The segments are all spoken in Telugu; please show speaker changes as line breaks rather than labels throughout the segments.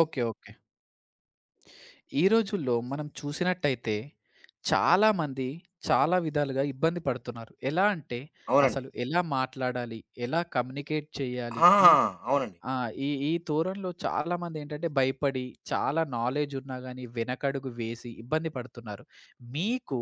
ఓకే. ఓకే. ఈ రోజుల్లో మనం చూసినట్టయితే, చాలామంది చాలా విధాలుగా ఇబ్బంది పడుతున్నారు. ఎలా అంటే,
అవునండి.
అసలు ఎలా మాట్లాడాలి? ఎలా కమ్యూనికేట్ చేయాలి?
ఆ!
ఆ!
అవునండి.
ఆ! ఈ ఈ తోరణంలో చాలామందేంటంటే, భయపడి, చాలా నాలెడ్జ్ ఉన్నా గాని వెనకడుగు వేసి ఇబ్బంది పడుతున్నారు. మీకు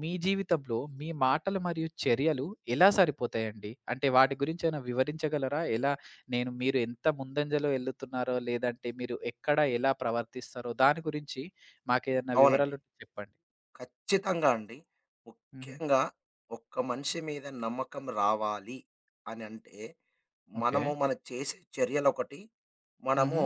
మీ జీవితంలో మీ మాటలు మరియు చర్యలు ఎలా సరిపోతాయండి? అంటే వాటి గురించి ఏమైనా వివరించగలరా? ఎలా నేను మీరు ఎంత ముందంజలో ఎళ్ళుతున్నారో, లేదంటే మీరు ఎక్కడ ఎలా ప్రవర్తిస్తారో దాని గురించి మాకేదైనా
అవునండి.
వివరాలుంటే చెప్పండి.
ఖచ్చితంగా అండి.
హుహు.
ముఖ్యంగా ఒక్క మనిషి మీద నమ్మకం రావాలి అనంటే,
ఓకే.
మనం చేసే చర్యలొకటి,
హుహు.
మనము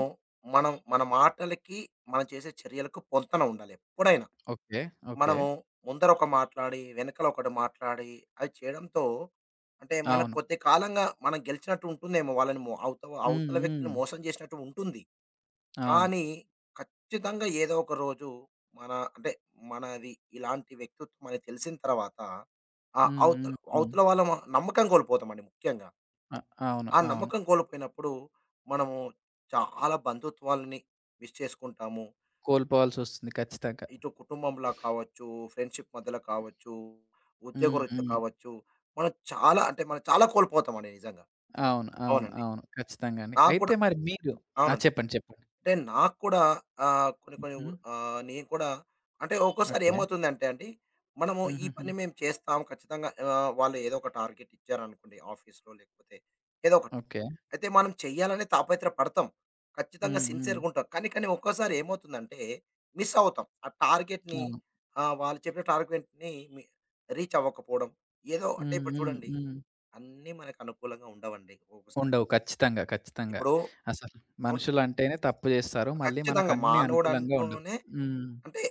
మనం మన మాటలకి, మనం చేసే చర్యలకు పొంతన ఉండాలి ఎప్పుడైనా.
ఓకే. ఓకే.
మనము ముందర ఒక మాట్లాడి, వెనకాల ఒకటి మాట్లాడి, అది చేయడంతో అంటే మనకు
అవును.
కొద్ది కాలంగా మనం గెలిచినట్టు ఉంటుందేమో, వాళ్ళని మో అవత
హ్మ్.
అవతల వ్యక్తిని
హ్మ్.
మోసం చేసినట్టు ఉంటుంది.
అవును.
కానీ ఖచ్చితంగా ఏదో ఒక రోజు, మన అంటే మనది ఇలాంటి వ్యక్తిత్వం అని తెలిసిన తర్వాత, ఆ
హ్మ్.
అవతల
హ్మ్. హ్మ్.
అవతల నమ్మకం కోల్పోతామండి. ముఖ్యంగా
అ అవును.
ఆ
అవును.
నమ్మకం కోల్పోయినప్పుడు మనము చాలా బంధుత్వాలని మిస్ చేసుకుంటాము.
కోల్పోవాల్సొస్తుంది ఖచ్చితంగా.
ఇటు కుటుంబంలో కావచ్చు, ఫ్రెండ్షిప్ మధ్యలో కావచ్చు,
హ్మ్.
ఉద్యోగరీత్యా
హ్మ్.
కావచ్చు. మనం చాలా అంటే మనం చాలా కోల్పోతామండి నిజంగా.
అవును. అవును.
అవునండి.
అవును. ఖచ్చితంగా అండి.
నాకు
అయితే
కూడా.
మరి మీరు ఆ!
అవునండి.
చెప్పండి. చెప్పండి.
అంటే నాకు కూడా, కొన్ని కొన్ని
హుహు.
ఉ ఆహ్, నేను కూడా అంటే ఒక్కోసారి
ఓకే.
ఏమవుతుందంటే అండి, మనము ఈ
హుహుహు.
పని మేము చేస్తాం ఖచ్చితంగా. వాళ్ళు ఏదో ఒక టార్గెట్ ఇచ్చారనుకోండి ఆఫీస్‌లో, లేకపోతే ఏదో ఒకటి.
ఓకే.
అయితే మనం చేయాలని తాపత్ర పడతాం. ఖచ్చితంగా
హ్మ్. హ్మ్.
సిన్సియర్‌గా ఉంటాం. కానీ కానీ ఒక్కోసారి ఏమవుతుందంటే మిస్ అవుతాం ఆ టార్గెట్‌ని.
అవును.
వాళ్ళు చెప్పిన టార్గెట్‌ని మి రీచ్ అవ్వకపోవడం. ఏదో అంటే
హ్మ్.
ఇప్పుడు
హ్మ్.
చూడండి,
హ్మ్.
అన్నీ మనకు అనుకూలంగా ఉండవండి ఒక్కోసారి.
ఉండవు. ఖచ్చితంగా. ఖచ్చితంగా.
ఇప్పుడు
అసలు
అవును.
మనుషులంటేనే తప్పు జేస్తారు. మళ్ళీ
ఖచ్చితంగా
మనకన్నీ అనుకూలంగా ఉండవు.
మానవుడంటూనే
హ్మ్.
అంటే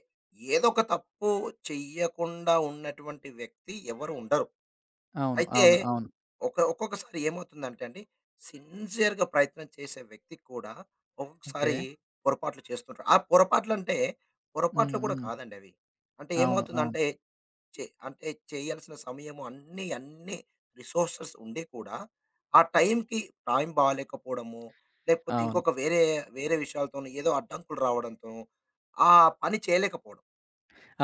ఏదో ఒక తప్పు చెయ్యకుండా ఉన్నటువంటి వ్యక్తి ఎవరు ఉండరు.
అవును.
అయితే
అవును. అవును.
ఒక్కొక్కసారి ఏమవుతుందంటే అండి, సిన్సియర్‌గా ప్రయత్నం చేసే వ్యక్తి కూడా
ఓకే.
ఒక్కొక్కసారి పొరపాట్లు చేస్తుంటారు. ఆ పొరపాట్లంటే
హ్మ్.
పొరపాట్లు కూడా
హ్మ్.
కాదండి అవి. అంటే
అవును. అవును.
ఏమవుతుందంటే చే అంటే చేయాల్సిన సమయము అన్నీ, అన్నీ రిసోర్సెస్ ఉండి కూడా ఆ టైంకి టైం బాలేకపోవడము, లేకపోతే
అవును.
ఇంకొక వేరే, వేరే విషయాలతోను ఏదో అడ్డంకులు రావడంతో ఆ పని చేయలేకపోవడం.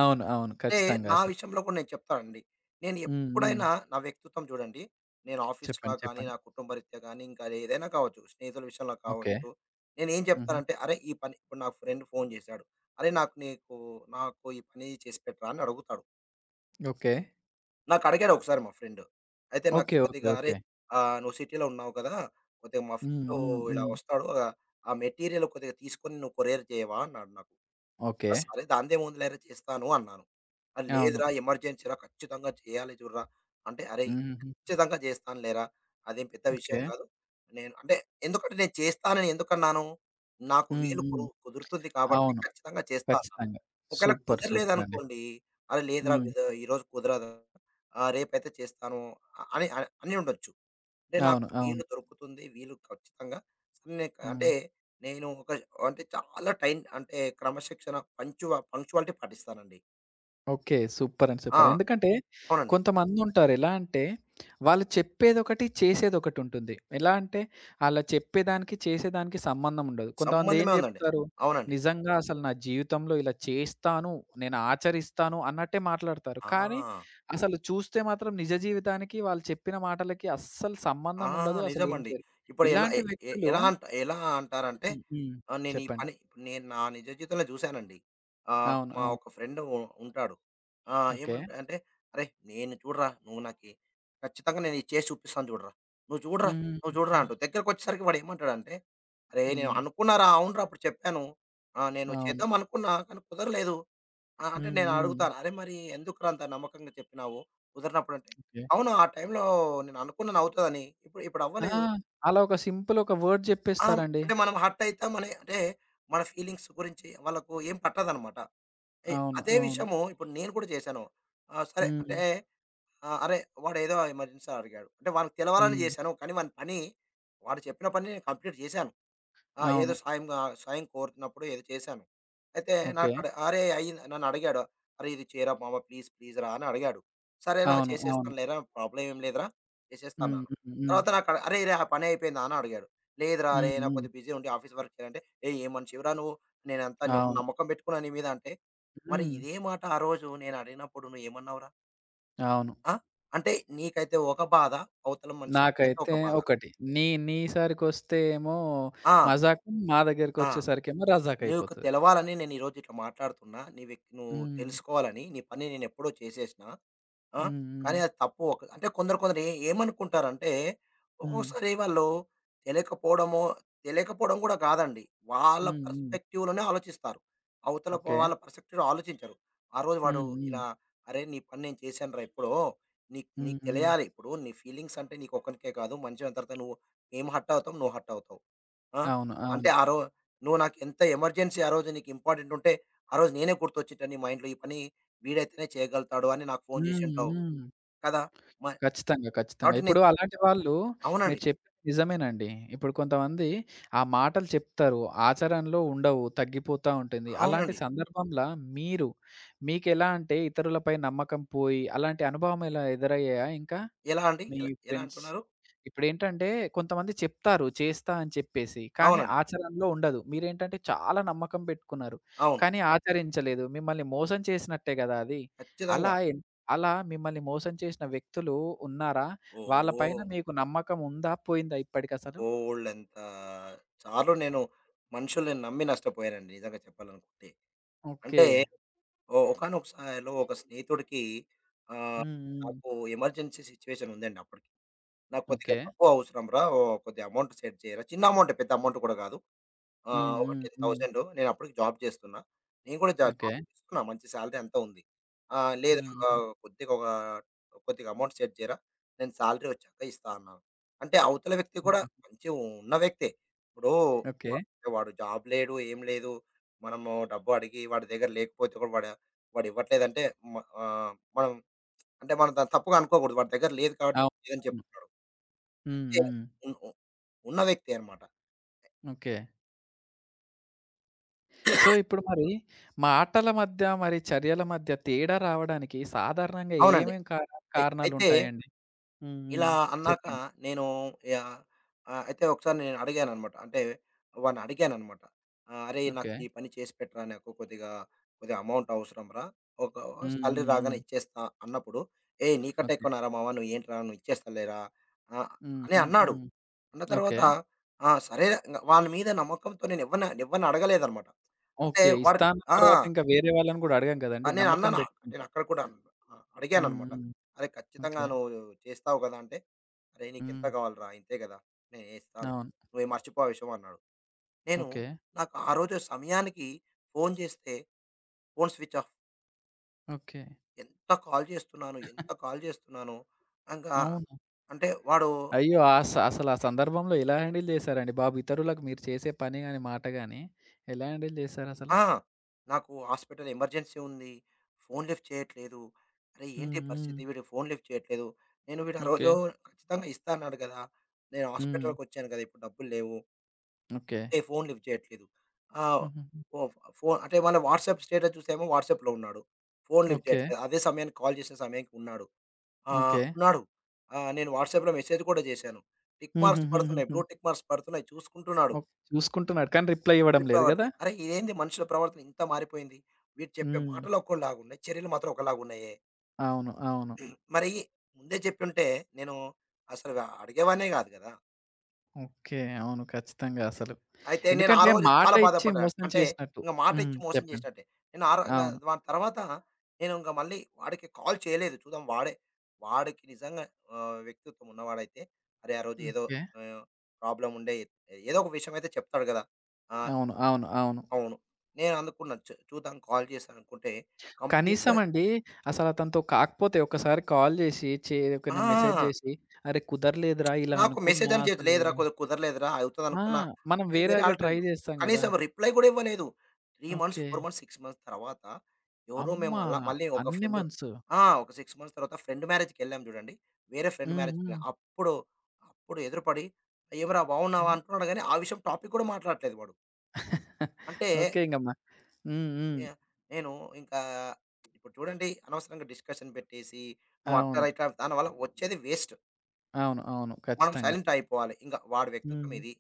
అవును. అవును.
అంటే
ఖచ్చితంగా
నా
అసలు.
విషయంలో కూడా నేను చెప్తానండి. నేను
హ్మ్. హ్మ్.
ఎప్పుడైనా నా వ్యక్తిత్వం చూడండి. నేను ఆఫీస్‌లా
చెప్పండి.
గానీ,
చెప్పండి.
నా కుటుంబరీత్యా గానీ, ఇంకా ఏదైనా కావచ్చు, స్నేహితుల విషయంలో
ఓకే.
కావచ్చు. నేనేం
హుహు.
చెప్తానంటే, "అరే! ఈ పని" ఇప్పుడు నా ఫ్రెండ్ ఫోన్ చేశాడు. "అరే! నాకు ఈ పని చేసి పెట్టరా" అని అడుగుతాడు.
ఓకే.
నాకు అడిగాడు ఒకసారి మా ఫ్రెండ్. అయితే నాకు
ఓకే. ఓకే.
కొద్దిగా, "అరే!
ఓకే.
నువ్వు సిటీలో ఉన్నావు కదా! కొద్దిగా మా
హ్మ్.
ఫ్రెండు
హ్మ్.
ఇలా
హ్మ్.
వస్తాడు. ఆ మెటీరియల్ కొద్దిగా తీసుకొని నువ్వు కొరియర్ చేయవా?" అన్నాడు నాకు.
ఓకే.
ఆ! సరే, దానిదేముందిలేరా చేస్తాను అన్నాను. ఆ!
అవును.
లేదురా, ఎమర్జెన్సీరా, ఖచ్చితంగా చేయాలి చూడురా అంటే, అరేయ్!
హుహుహు.
ఖచ్చితంగా చేస్తాను లేరా! అదేం పెద్ద విషయం
ఓకే.
కాదు. నేను అంటే ఎందుకంటే నేను చేస్తానని ఎందుకన్నాను? నాకు
హ్మ్.
వీలు కు
హ్మ్.
కుదురుతుంది కాబట్టి
అవును.
ఖచ్చితంగా చేస్తా అన్నాను.
ఖచ్చితంగా.
ఒకవేళ
సూపర్. సూపర్ అండి.
కుదరలేదనుకోండి, అరే! లేదురా,
హ్మ్.
ఈరోజు కుదరదు, రేపైతే చేస్తాను అని అని ఉండొచ్చు. అంటే నాకు
అవును. అవును.
వీలు దొరుకుతుంది, వీలు ఖచ్చితంగా. సరే. నేను
హ్మ్.
అంటే నేను ఒక అంటే చాలా టైం అంటే క్రమశిక్షణ పంక్చువాలిటీ పాటిస్తానండి.
ఓకే. సూపర్ అండి.
ఆ!
సూపర్. ఎందుకంటే
అవునండి.
కొంతమందుంటారు. ఎలా అంటే వాళ్ళు చెప్పేదొకటి, చేసేదొకటుంటుంది. ఎలా అంటే ఆళ్ళ చెప్పేదానికి, చేసేదానికి సంబంధం ఉండదు. కొంతమంది ఏం
సంబంధమే ఉందండి.
జెప్తారు,
అవునండి.
నిజంగా అసలు నా జీవితంలో ఇలా చేస్తాను, నేను ఆచరిస్తాను అన్నట్టే మాట్లాడతారు. కానీ
ఆ!
అసలు చూస్తే మాత్రం నిజ జీవితానికి వాళ్ళు చెప్పిన మాటలకి అస్సలు
ఆ!
సంబంధం ఉండదు. అసలు ఏం
నిజమండి.
చేయరు.
ఇప్పుడు ఎలా
ఇలాంటి
ఎ ఎ
వ్యక్తులు
ఎలా అంట ఎలా అంటారంటే,
హ్మ్. హ్మ్.
నేను ఈ
చెప్పండి.
పని నేను నా నిజ జీవితంలో చూసానండి.
అవును.
మా
అవును.
ఒక ఫ్రెండ్ ఉ ఉంటాడు.
ఓకే.
ఏమంటా అంటే, "అరేయ్! నేను చూడరా, నువ్వు నాకి ఖచ్చితంగా నేను ఇది చేసి చూపిస్తాను చూడరా. నువ్వు చూడరా,
హ్మ్.
నువ్వు
హ్మ్.
చూడరా"
హ్మ్.
అంటూ దగ్గరకొచ్చేసరికి వాడు ఏమంటాడంటే, "అరేయ్! నేను
హ్మ్.
అనుకున్నారా, అవునురా అప్పుడు చెప్పాను. నేను
అవును.
చేద్దాం అనుకున్నా కానీ కుదరలేదు." ఆ! అంటే
హ్మ్.
నేను
హ్మ్.
అడుగుతాను, "అరె! మరి ఎందుకురా అంత నమ్మకంగా చెప్పినావు కుదరనప్పుడంటే?"
ఓకే.
"అవును. ఆ టైంలో నేను అనుకున్నాను అవుతదని. ఇప్పుడు ఇప్పుడు
ఆ!
అవ్వలేదు."
అలా ఒక సింపుల్ ఒక వర్డ్
ఆ!
జెప్పేస్తారండి.
అంటే మనం హర్ట్ అయితామని అంటే మన ఫీలింగ్స్ గురించి వాళ్ళకు ఏం పట్టదనమాట. ఎ
అవును.
అదే
అవును.
విషయము ఇప్పుడు నేను కూడా చేశాను. సరే
హ్మ్.
అంటే అరె! వాడేదో ఎమర్జెన్సీ అడిగాడు. అంటే వానికి తెలవాలని
హ్మ్.
చేశాను. కానీ వాని పని వాడు చెప్పిన పని నేను కంప్లీట్ చేశాను. ఆ!
అవును.
ఏదో సాయంగా సాయం కోరుతున్నప్పుడు ఏదో చేశాను. అయితే
ఓకే.
నాకడ అరే! అయింది నన్నడిగాడు. "అరే! ఇది చేయరా మామ, ప్లీజ్, ప్లీజ్ రా" అని అడిగాడు. "సరేరా
అవును. అవును.
చేసేస్తాను లేరా, ప్రాబ్లమ్ ఏం లేదురా చేసేస్తా"
హ్మ్.
అన్నాను.
హ్మ్. హ్మ్.
తర్వాత నాకడ, "అరే! రే ఆ పని అయిపోయిందా" అని అడిగాడు. "లేదురా
హ్మ్.
అరేయ్! నాకు
హ్మ్.
కొద్దిగా బిజీ ఉండి ఆఫీస్ వర్క్ చేయాలంటే." "ఏయ్! ఏం మనిషివిరా నువ్వు, నేనంత నమ్
అవును.
నమ్మకం పెట్టుకున్నా నీ మీద" అంటే, మరి
హ్మ్.
ఇదే మాట ఆ రోజు నేను అడిగినప్పుడు నువ్వేమన్నావురా?
అవును.
ఆ! అంటే నీకైతే ఒక బాధ, అవతల మనిషికైతే
నాకైతే
ఒక బాధ.
ఒకటి. నీ నీ సరికొస్తే ఏమో
ఆ!
మజాకు, మా
ఆ!
దగ్గరికొచ్చేసరికేమో రజాక్
నీకు
అయిపోతది.
తెలవాలని నేను ఈరోజు ఇట్లా మాట్లాడుతున్నా. నీ వ్యక్ నువ్వు
హ్మ్.
తెలుసుకోవాలని. నీ పని నేనెప్పుడో చేసేసినా. ఆ!
హ్మ్. హ్మ్.
కానీ అది తప్పు ఒక అంటే కొందరు కొందరు ఏమనుకుంటారంటే,
హ్మ్.
ఒక్కొక్కసారి వాళ్ళు తెలియకపోవడమో, తెలియకపోవడం కూడా కాదండి. వాళ్ళ
హ్మ్. హ్మ్.
పర్స్పెక్టివ్‌లోనే ఆలోచిస్తారు. అవతల పో
ఓకే.
వాళ్ళ పర్స్పెక్టివ్‌లో ఆలోచించరు. ఆ రోజు వాడు
హ్మ్. హ్మ్.
ఇలా, "అరే! నీ పని నేను చేశానురా ఎప్పుడో. నీకు
హ్మ్.
నీకు
హ్మ్.
తెలియాలి. ఇప్పుడు నీ ఫీలింగ్స్ అంటే నీకొక్కనికే కాదు. మనిషి అయిన తర్వాత నువ్వు మేము హర్ట్ అవుతాం. నువ్వు హర్ట్ అవుతావు." ఆ!
అవును.
అంటే
అవును.
ఆ రో నువ్వు నాకెంత ఎమర్జెన్సీ, ఆ రోజు నీకు ఇంపార్టెంట్ ఉంటే, ఆ రోజు నేనే గుర్తొచ్చేటని మా ఇంట్లో ఈ పని వీడైతేనే చేయగలుగుతాడు అని నాకు ఫోను
హ్మ్.
జేసుంటావు
హ్మ్.
కదా! మ
ఖచ్చితంగా. ఖచ్చితంగా.
కాబట్టి
ఇప్పుడు
నేను చి
అలాంటి వాళ్ళు మీరు
అవునండి.
చెప్పింది నిజమేనండి. ఇప్పుడు కొంతమంది ఆ మాటలు చెప్తారు. ఆచరణలో ఉండవు. తగ్గిపోతా ఉంటుంది. అలాంటి
అవునండి.
సందర్భంలా మీరు మీకెలా అంటే ఇతరులపై నమ్మకం పోయి అలాంటి అనుభవం ఎలా ఎదురయ్యాయా ఇంకా?
ఎలా అండి?
మీ
ఎలా ఎలా
ఫ్రెండ్స్
అంటున్నారు?
ఇప్పుడేంటంటే కొంతమంది చెప్తారు చేస్తా అని చెప్పేసి. కానీ
అవునండి.
ఆచరణలో ఉండదు. మీరేంటంటే చాలా నమ్మకం పెట్టుకున్నారు.
అవును.
కానీ ఆచరించలేదు. మిమ్మల్ని మోసం చేసినట్టే గదా అది. అలా
ఖచ్చితంగా.
ఎన్ అలా మిమ్మల్ని మోసం చేసిన వ్యక్తులు ఉన్నారా? వాళ్ళ పైన
ఓహ్!
మీకు నమ్మకం ఉందా? పోయిందా ఇప్పటికసలు?
బోలెడంత సార్లు నేను మనుషుల్ని నమ్మి నష్టపోయానండి నిజంగా చెప్పాలనుకుంటే.
ఓకే.
అంటే ఒకానొక స్థాయిలో ఒక స్నేహితుడికి, ఆహ్,
హ్మ్. హ్మ్.
నాకు ఎమర్జెన్సీ సిట్యుయేషన్ ఉందండి అప్పటికి. నాకు కొద్దిగా
ఓకే.
తక్కువ అవసరం రా! ఓహ్! కొద్దిగా అమౌంట్ సెట్ చేయరా? చిన్న అమౌంటే, పెద్ద అమౌంట్ కూడా కాదు.
హ్మ్.
ఒక
హ్మ్. హ్మ్.
10,000. నేను అప్పటికి జాబ్ చేస్తున్నా. నేను కూడా
ఓకే.
జాబ్ చేస్తున్నా. మంచి సాలరీ అంతా ఉంది. ఆహ్, లేదు
హ్మ్. హ్మ్.
కొద్దిగా ఒక కొద్దిగా అమౌంట్ సెట్ చేయరా? నేను సాలరీ వచ్చాక ఇస్తా అన్నాను. అంటే అవతల వ్యక్తి కూడా
హుహు.
మంచి ఉన్న వ్యక్తే. ఇప్పుడు
ఓకే.
వాడు జాబ్ లేడు, ఏం లేదు. మనము డబ్బు అడిగి వాడి దగ్గర లేకపోతే కూడా వాడు వాడు ఇవ్వట్లేదంటే, మ ఆహ్, మనం అంటే మనం దాన్ని తప్పుగా అనుకోకూడదు. వాడి దగ్గర లేదు కాబట్టి
అవును.
నేను లేదని
అవును.
చెప్తున్నాడు.
హ్మ్.
అయితే
హ్మ్.
ఉన్ ఉ ఉన్న వ్యక్తి అనమాట.
ఓకే. సో, ఇప్పుడు మరి మాటల మధ్య, మరి చర్యల మధ్య తేడా రావడానికి సాధారణంగా
అవునండి.
ఏమేం కార
అయితే
కారణాలుంటాయండి? హ్మ్. హ్మ్.
ఇలా అన్నాక
చెప్పండి.
నేను, యాహ్! అయితే ఒకసారి నేను అడిగాననమాట. అంటే వాడిని అడిగాననమాట. "అరేయ్! నాకు
ఓకే.
ఈ పని చేసి పెట్టరా? నాకు కొద్దిగా, కొద్దిగా అమౌంట్ అవసరం రా! ఒక
హ్మ్.
సాలరీ
హ్మ్.
రాగానే
హ్మ్.
ఇచ్చేస్తా" అన్నప్పుడు, "ఏయ్! నీకంటే
ఓకే.
ఎక్కువనారా మావ! నువ్వు ఏంట్రా? నువ్వు ఇచ్చేస్తాలేరా" ఆహ్,
హ్మ్.
అని
హ్మ్.
అన్నాడు.
హ్మ్.
అన్న
ఓకే.
తర్వాత ఆ! సరే, వాని మీద నమ్మకంతో నేను ఎవ్వరిని ఎవ్వరిని అడగలేదనమాట. అంటే
ఓకే.
వాడు
ఇస్తా అన్న
ఆ!
తర్వాత ఇంకా వేరే వాళ్ళని గూడా అడగం
ఆ!
గదండీ! నమ్మకం
నేనన్నాను.
పెట్టుకుంటాం.
నేనక్కడ కూడా అన్ ఆహ్,
హ్మ్.
అడిగాననమాట.
హ్మ్.
"అరే! ఖచ్చితంగా
ఓకే.
నువ్వు చేస్తావు కదా!" అంటే, "అరేయ్! నీకెంత
హ్మ్.
కావాలిరా? ఇంతే కదా! నేనేస్తాను.
అవును.
నువ్వేం మర్చిపో ఆ విషయం" అన్నాడు. నేను
ఓకే.
నాకు ఆ రోజు సమయానికి ఫోను చేస్తే, ఫోను స్విచ్ ఆఫ్.
ఓకే.
ఎంత కాల్ చేస్తున్నాను, ఎంత కాల్ చేస్తున్నాను, ఇంకా
అవును.
అంటే వాడు
అయ్యో! అసలు ఆ సందర్భంలో ఎలా హ్యాండిల్ జేశారండి బాబు? ఇతరులకు మీరు చేసే పని గాని, మాట గాని ఎలా హ్యాండిల్ జేశారసలు?
ఆ! నాకు హాస్పిటల్ ఎమర్జెన్సీ ఉంది. ఫోన్ లిఫ్ట్ చేయట్లేదు. అరే! ఏంటి
హ్మ్. హ్మ్.
పరిస్థితి? వీడు ఫోన్ లిఫ్ట్ చేయట్లేదు. నేను వీడు ఆ
ఓకే.
రోజు ఖచ్చితంగా ఇస్తా అన్నాడు గదా! నేను
హ్మ్.
హాస్పిటల్‌కొచ్చాను గదా! ఇప్పుడు డబ్బులు లేవు.
ఓకే.
అంటే ఫోన్ లిఫ్ట్ చేయట్లేదు. ఆహ్,
హుహుహు.
ఫో ఫో అంటే మళ్ళా వాట్సాప్ స్టేటస్ చూసేమో, వాట్సాప్‌లో ఉన్నాడు. Phone lift
okay.
చేయట్లేదు. అదే సమయానికి కాల్ చేసిన సమయానికి ఉన్నాడు. ఆ!
ఓకే.
ఉన్నాడు. నేను వాట్సాప్‌లో మెసేజ్ కూడా చేశాను. టిక్ మార్క్స్ పడుతున్నాయి.
హుహుహుహుహు.
బ్లూ టిక్ మార్క్స్ పడుతున్నాయి. చూసుకుంటున్నాడు.
ఓక్ చూసుకుంటున్నాడు. కానీ రిప్లై
ఈ
ఇవ్వడం లేదు గదా!
ప్రవర్తన. అరే! ఇదేంది మనుషుల ప్రవర్తన ఇంత మారిపోయింది? వీరు చెప్పే
హ్మ్.
మాటలు ఒకలాగున్నాయి, చర్యలు మాత్రం ఒకలాగున్నాయే.
అవును. అవును.
మరి ముందే చెప్పుంటే నేను అసలు అడిగేవాడినే కాదు కదా!
ఓకే. అవును. ఖచ్చితంగా అసలు.
అయితే నేను ఆ
ఎందుకంటే
రోజు
మాట
చాలా
ఇచ్చి
బాధపడ్డాను.
మోసం
అంటే
చేసినట్టు.
ఇంక మాట
హ్మ్.
ఇచ్చి మోసం
చెప్పండి.
చేసినట్టే. నేను ఆ రో ఇంగ
అవును.
దాని తర్వాత నేను ఇంక మళ్ళీ వాడికి కాల్ చేయలేదు. చూద్దాం వాడే, వాడికి నిజంగా వ్యక్తిత్వం ఉన్నవాడైతే, అరే! ఆ రోజు ఏదో
ఓకే.
ఆహ్, ప్రాబ్లమ్ ఉండే ఏదో ఒక విషయం అయితే చెప్తాడు కదా! ఆ!
అవును. అవును. అవును.
అవును. నేను అనుకున్నాను. చూద్దాం కాల్ చేశాననుకుంటే
కనీసం
కంప్లీట్‌గా.
అండి అసలు అతనితో కాకపోతే ఒకసారి కాల్ జేసి, ఒకరిని మెసేజ్
ఆ!
జేసి, "అరే! కుదరలేదురా ఇలా
నాకు మెసేజ్
అనుకున్నా
అని చేయొచ్చు.
అసలు
లేదురా
ఇలా"
కుదరలేదురా
ఆ!
అవుతదనుకున్నా.
మనం
అంటే వేరే
వేరేగా ట్రై
ఆల్టర్‌నేటివ్.
జేస్తాం గదా!
కనీసం రిప్లై కూడా ఇవ్వలేదు. 3 మంత్స్,
ఓకే.
4 మంత్స్, 6 మంత్స్ తర్వాత ఎవరో
అమ్మ!
మేము అలా మళ్ళీ ఒక
అన్ని
ఫ్రెండ్
మంత్స్.
ఆ! ఒక 6 మంత్స్ తర్వాత ఫ్రెండ్ మ్యారేజ్‌కెళ్ళాం చూడండి. వేరే ఫ్రెండ్
హ్మ్.
మ్యారేజ్‌కి
హ్మ్.
అప్పుడు, అప్పుడు ఎదురుపడి, "ఏమిరా బాగున్నావా?" అంటున్నాడు గానీ, ఆ విషయం టాపిక్ కూడా మాట్లాడట్లేదు వాడు. అంటే
ఓకే. ఇంగమ్మ. హ్మ్. హ్మ్.
యాహ్! నేను ఇంకా ఇప్పుడు చూడండి అనవసరంగా డిస్కషన్ పెట్టేసి, నువ్వు అట్లా
అవును.
రా ఇట్లా దానివల్ల వచ్చేది వేస్ట్.
అవును. అవును.
మనం
ఖచ్చితంగా.
సైలెంట్ అయిపోవాలి. ఇంక వాడి వ్యక్తిత్వం
హ్మ్.
ఇది.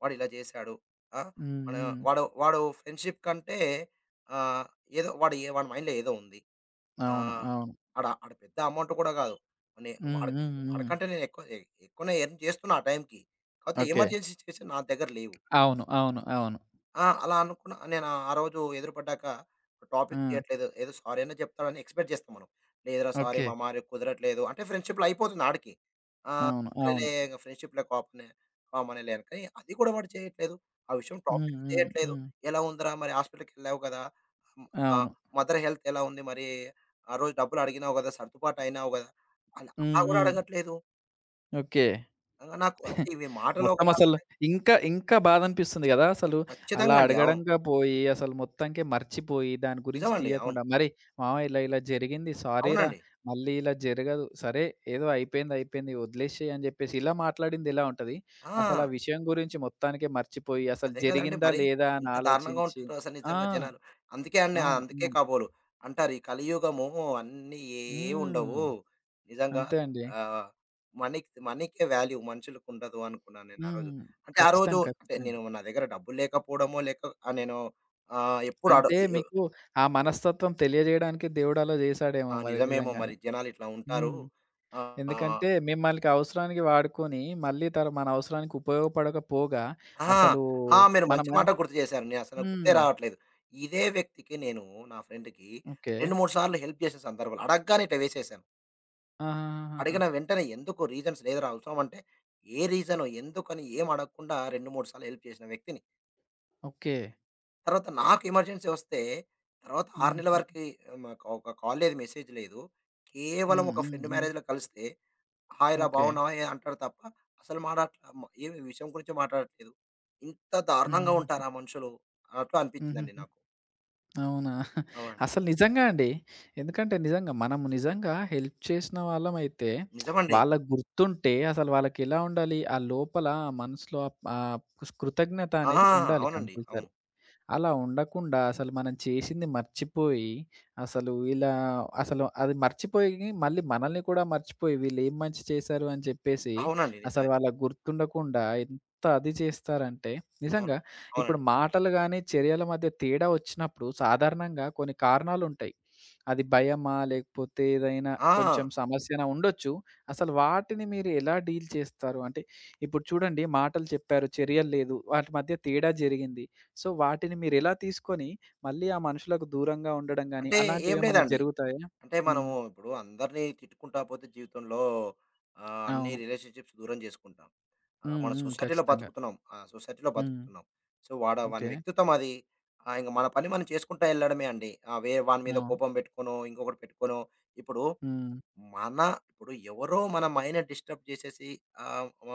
వాడు ఇలా చేశాడు. ఆ!
హ్మ్.
మన
హ్మ్.
వాడు వాడు ఫ్రెండ్‌షిప్ కంటే, ఆహ్, ఏదో వాడు వాడి మైండ్‌లో ఏదో ఉంది.
అవును.
ఆహ్,
అవును.
ఆడ ఆడ పెద్ద అమౌంట్ కూడా కాదు. నే
హ్మ్.
వాడి
హ్మ్. హ్మ్.
వాడికంటే నేను ఎక్కువనే ఎర్న్ చేస్తున్నా ఆ టైంకి. కాకపోతే
ఓకే.
ఎమర్జెన్సీ సిట్యుయేషన్ నా దగ్గర లేవు.
అవును. అవును. అవును.
ఆ! అలా అనుకున్న నేను ఆ రోజు ఎదురుపడ్డాక టాపిక్
ఆ!
తీయట్లేదు. ఏదో సారీ అన్నా చెప్తాడని ఎక్స్‌పెక్ట్ చేస్తాం మనం. లేదురా సారీ
ఓకే.
మామ రేపు కుదరట్లేదు అంటే ఫ్రెండ్‌షిప్‌లో అయిపోతుంది ఆడికి. ఆ!
అవును. అవును.
సరేలే ఇగ ఫ్రెండ్‌షిప్‌లో కామనే, కామనేలే. అని కానీ అది కూడా వాడు చేయట్లేదు. ఆ విషయం
హ్మ్.
టాపిక్
హ్మ్.
చేయట్లేదు.
హ్మ్.
ఎలా ఉందిరా మరి హాస్పిటల్‌కెళ్ళావు కదా! హ్మ్. ఆహ్,
అవును.
మదర్ హెల్త్ ఎలా ఉంది మరి? ఆ రోజు డబ్బులు అడిగినావు కదా! సర్దుబాటు అయినావు కదా! అలా
హ్మ్.
అలా కూడా
హ్మ్.
అడగట్లేదు.
ఓకే.
నాకు అంటే ఇవి మాటలో
మొత్తం
గల.
అసలు ఇంకా ఇంకా బాధనిపిస్తుంది గదా! అసలు అలా
ఖచ్చితంగా అండి. అవును.
అడగడంగా పోయి అసలు మొత్తానికే మర్చిపోయి దాని గురించి
నిజమండి. అవును.
తీయకుండా మరి మామ ఇలా ఇలా జరిగింది సారీరా
అవునండి.
మళ్ళీ ఇలా జరగదు. సరే ఏదో అయిపోయింది అయిపోయింది వదిలేసేయి అని జెప్పేసి ఇలా మాట్లాడింది ఎలా ఉంటది? అసలు ఆ
ఆ!
విషయం గురించి మొత్తానికే మర్చిపోయి అసలు
అదే కదండీ
జరిగిందా
మరి.
లేదా అని
ఇంత దారుణంగా
ఆలోచించి
ఉంటారు అసలు
ఆ!
నిజంగా జనాలు. అందుకే అండి,
అవును.
అందుకే
అవును.
కాబోలు అంటారు, ఈ కలియుగము అన్నీ ఏవి
హ్మ్.
ఉండవు. నిజంగా
అంతే అండి.
ఆహ్, మనీక్ మనీకే వాల్యూ మనుషులకుండదు అనుకున్నాను నేను ఆ రోజు.
హ్మ్.
అంటే ఆ రోజు
ఖచ్చితంగా.
అంటే
ఖచ్చితంగా.
నేను నా దగ్గర డబ్బులు లేకపోవడమో, లేక నేను ఆహ్, ఎప్పుడు అడ
అంటే
ఎ
మీకు ఆ మనస్తత్వం తెలియజేయడానికి దేవుడు అలా జేసాడేమో
ఆ!
మరి
నిజమేమో
నిజంగానే.
మరి జనాలిట్లా ఉంటారు.
హ్మ్.
ఆహ్
ఎందుకంటే మిమ్మల్కి అవసరానికి వాడుకొని, మళ్ళీ మన అవసరానికి ఉపయోగపడకపోగా
ఆ!
అసలు
ఆ! మీరు
మన
మంచి
మన్
మాట గుర్తు చేశారు. నేనసలు గుర్తే
హ్మ్.
రావట్లేదు. ఇదే వ్యక్తికి నేను, నా ఫ్రెండ్‌కి
ఓకే.
2, 3 సార్లు హెల్ప్ చేసిన సందర్భాలు. అడగగానే ఇట్ట వేసేశాను.
ఆహాహాహాహా!
అడిగిన వెంటనే ఎందుకు రీజన్స్ లేదురా అవసరం అంటే, ఏ రీజను ఎందుకని ఏం అడగకుండా 2, 3 సార్లు హెల్ప్ చేసిన వ్యక్తిని.
ఓకే.
తర్వాత నాకు ఎమర్జెన్సీ వస్తే, తర్వాత 6 నెలల
హుహుహు.
వరకి ఒక కాల్ లేదు, మెసేజ్ లేదు. కేవలం
హ్మ్.
ఒక
హ్మ్.
ఫ్రెండ్
హ్మ్.
మ్యారేజ్‌లో కలిస్తే, హాయిరా!
ఓకే.
బాగున్నావా? ఏ అంటాడు తప్ప అసలు మాటాట్ల మ ఏమి విషయం గురించి మాట్లాడట్లేదు. ఇంత దారుణంగా
హుహుహు.
ఉంటారా మనుషులు అన్నట్లు అనిపించిందండి
హుహుహు.
నాకు.
అవునా!
అవునండి.
అసలు నిజంగా అండి. ఎందుకంటే నిజంగా మనము నిజంగా హెల్ప్ చేసిన వాళ్ళమైతే
నిజమండి.
వాళ్ళకి గుర్తుంటే అసలు వాళ్ళకెలా ఉండాలి? ఆ లోపల ఆ మనసులో ఆహ్, కృతజ్ఞత
ఆ!
అనేది ఉండాలి
అవునండి.
కంపల్సరీ.
అవును.
అలా ఉండకుండా అసలు మనం చేసింది మర్చిపోయి, అసలు ఇలా అసలు అది మర్చిపోయి మళ్ళీ మనల్ని కూడా మర్చిపోయి వీళ్ళేం మంచి చేశారు అని చెప్పేసి,
అవునండి.
అసలు
నిజమే.
వాళ్ళకి గుర్తుండకుండా ఎంత అది చేస్తారంటే నిజంగా
అవును.
ఇప్పుడు
అవునండి.
మాటలు గాని, చర్యల మధ్య తేడా వచ్చినప్పుడు సాధారణంగా కొన్ని కారణాలుంటాయి. అది భయమా? లేకపోతే ఏదైనా
ఆ!
కొంచెం సమస్యనా ఉండొచ్చు. అసలు వాటిని మీరు ఎలా డీల్ చేస్తారు? అంటే ఇప్పుడు చూడండి మాటలు చెప్పారు, చర్యలు లేదు. వాటి మధ్య తేడా జరిగింది. సో, వాటిని మీరెలా తీసుకొని, మళ్ళీ ఆ మనుషులకు దూరంగా ఉండడం గాని,
అంటే ఏం
అలాంటివేమన్నా
లేదండి.
జరుగుతాయా?
అంటే మనము
హ్మ్.
ఇప్పుడు అందరిని తిట్టుకుంటా పోతే జీవితంలో అన్ని
అవును.
రిలేషన్‌షిప్స్ దూరం చేసుకుంటాం. ఆ!
హ్మ్.
మన
హ్మ్.
సొసైటీలో
ఖచ్చితంగా.
బతుకుతున్నాం. ఆ! సొసైటీలో
హ్మ్.
బతుకుతున్నాం. సో, వాని
ఓకే.
వ్యక్తిత్వం అది. ఇంక మన పని మనం చేసుకుంటా ఎళ్ళడమే అండి. వేరే వాని మీద
అవును.
కోపం పెట్టుకోనో, ఇంకొకటి పెట్టుకోనో, ఇప్పుడు
హ్మ్.
మన, ఇప్పుడు ఎవరో మన మైండ్‌ని డిస్టర్బ్ చేసేసి, ఆహ్, మ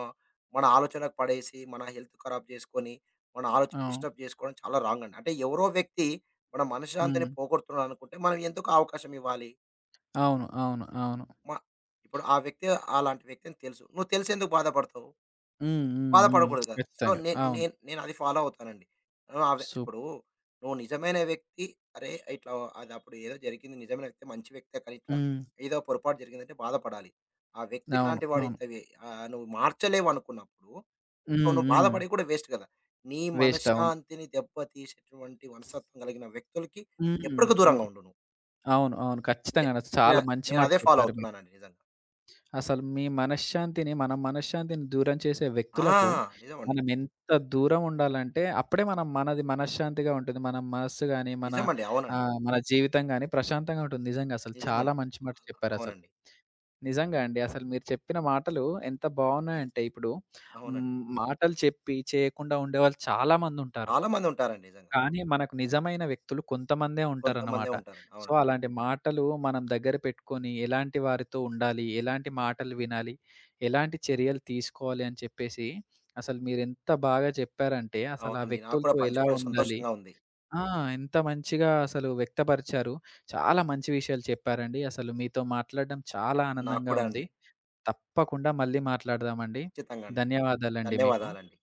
మన ఆలోచనకు పడేసి, మన హెల్త్ ఖరాబ్ చేసుకొని, మన ఆలోచన
అవును.
డిస్టర్బ్ చేసుకోవడం చాలా రాంగ్ అండి. అంటే ఎవరో వ్యక్తి మన మనశ్శాంతిని
హ్మ్.
పోగొడుతున్నాడు అనుకుంటే, మనం ఎందుకు అవకాశం ఇవ్వాలి?
అవును. అవును. అవును.
మ ఇప్పుడు ఆ వ్యక్తి అలాంటి వ్యక్తి అని తెలుసు. నువ్వు తెలిసి ఎందుకు బాధపడతావు?
హ్మ్. హ్మ్. హ్మ్.
బాధపడకూడదు కదా! సో,
ఖచ్చితంగా.
నేను
అవును.
నేను నేనది ఫాలో అవుతానండి. అవి
సూప్
ఇప్పుడు, నువ్వు నిజమైన వ్యక్తి, అరే! ఇట్లా అది అప్పుడు ఏదో జరిగింది, నిజమైన వ్యక్తి మంచి వ్యక్తే కానీ ఇట్లా
హ్మ్.
ఏదో పొరపాటు జరిగిందంటే బాధపడాలి. ఆ వ్యక్తి
అవును.
ఇట్లాంటి వాడు
అవును.
ఇంత వే నువ్వు మార్చలేవనుకున్నప్పుడు
హ్మ్.
నువ్వు
హ్మ్.
బాధపడేవి కూడా వేస్ట్ కదా! నీ
వేస్ట్. అవును.
మనశ్శాంతిని దెబ్బతీసేటువంటి మనస్తత్వం కలిగిన వ్యక్తులకి
హ్మ్.
ఎప్పటికి
హ్మ్.
దూరంగా ఉండు నువ్వు.
అవును. అవును.
నే
ఖచ్చితంగా.
నే
చాలా మంచి మాట
నేనదే ఫాలో
చెప్పారు మీరు.
అవుతున్నానండి నిజంగా.
అసలు మీ మనశ్శాంతిని మన మనశ్శాంతిని దూరం చేసే
ఆ!
వ్యక్తులకు
నిజమండి.
మనం ఎంత దూరం ఉండాలంటే అప్పుడే మనం మనది మనశ్శాంతిగా ఉంటుంది. మన మనస్సు గాని, మన
నిజమండి. అవునండి.
మన జీవితం గాని ప్రశాంతంగా ఉంటుంది. నిజంగా అసలు చాలా
నిజమండి.
మంచి మాట చెప్పారసలు.
అవునండి.
నిజంగా అండి. అసలు మీరు చెప్పిన మాటలు ఎంత బావున్నాయంటే ఇప్పుడు
అవునండి.
హ్మ్. మాటలు చెప్పి చేయకుండా ఉండేవాళ్ళు చాలా మందుంటారు.
చాలా మందుంటారండి నిజంగా.
కానీ మనకు నిజమైన వ్యక్తులు కొంతమందే
కొంతమందే
ఉంటారన్నమాట.
ఉంటారండి.
సో,
అవును.
అలాంటి మాటలు మనం దగ్గర పెట్టుకొని, ఎలాంటి వారితో ఉండాలి, ఎలాంటి మాటలు వినాలి, ఎలాంటి చర్యలు తీసుకోవాలి అని చెప్పేసి, అసలు మీరెంత బాగా చెప్పారంటే, అసలు ఆ
అవునండి. నాకు కూడా
వ్యక్తులతో ఎలా
పంచుకోవడం
ఉండాలి
సంతోషంగా ఉంది.
ఆ! ఎంత మంచిగా అసలు వ్యక్తపరిచారు. చాలా మంచి విషయాలు చెప్పారండి. అసలు మీతో మాట్లాడడం చాలా
నాకు
ఆనందంగా
కూడా
ఉంది.
అండి.
తప్పకుండా మళ్ళీ మాట్లాడదామండి.
ఖచ్చితంగా అండి.
ధన్యవాదాలండి మీకు.
ధన్యవాదాలండి.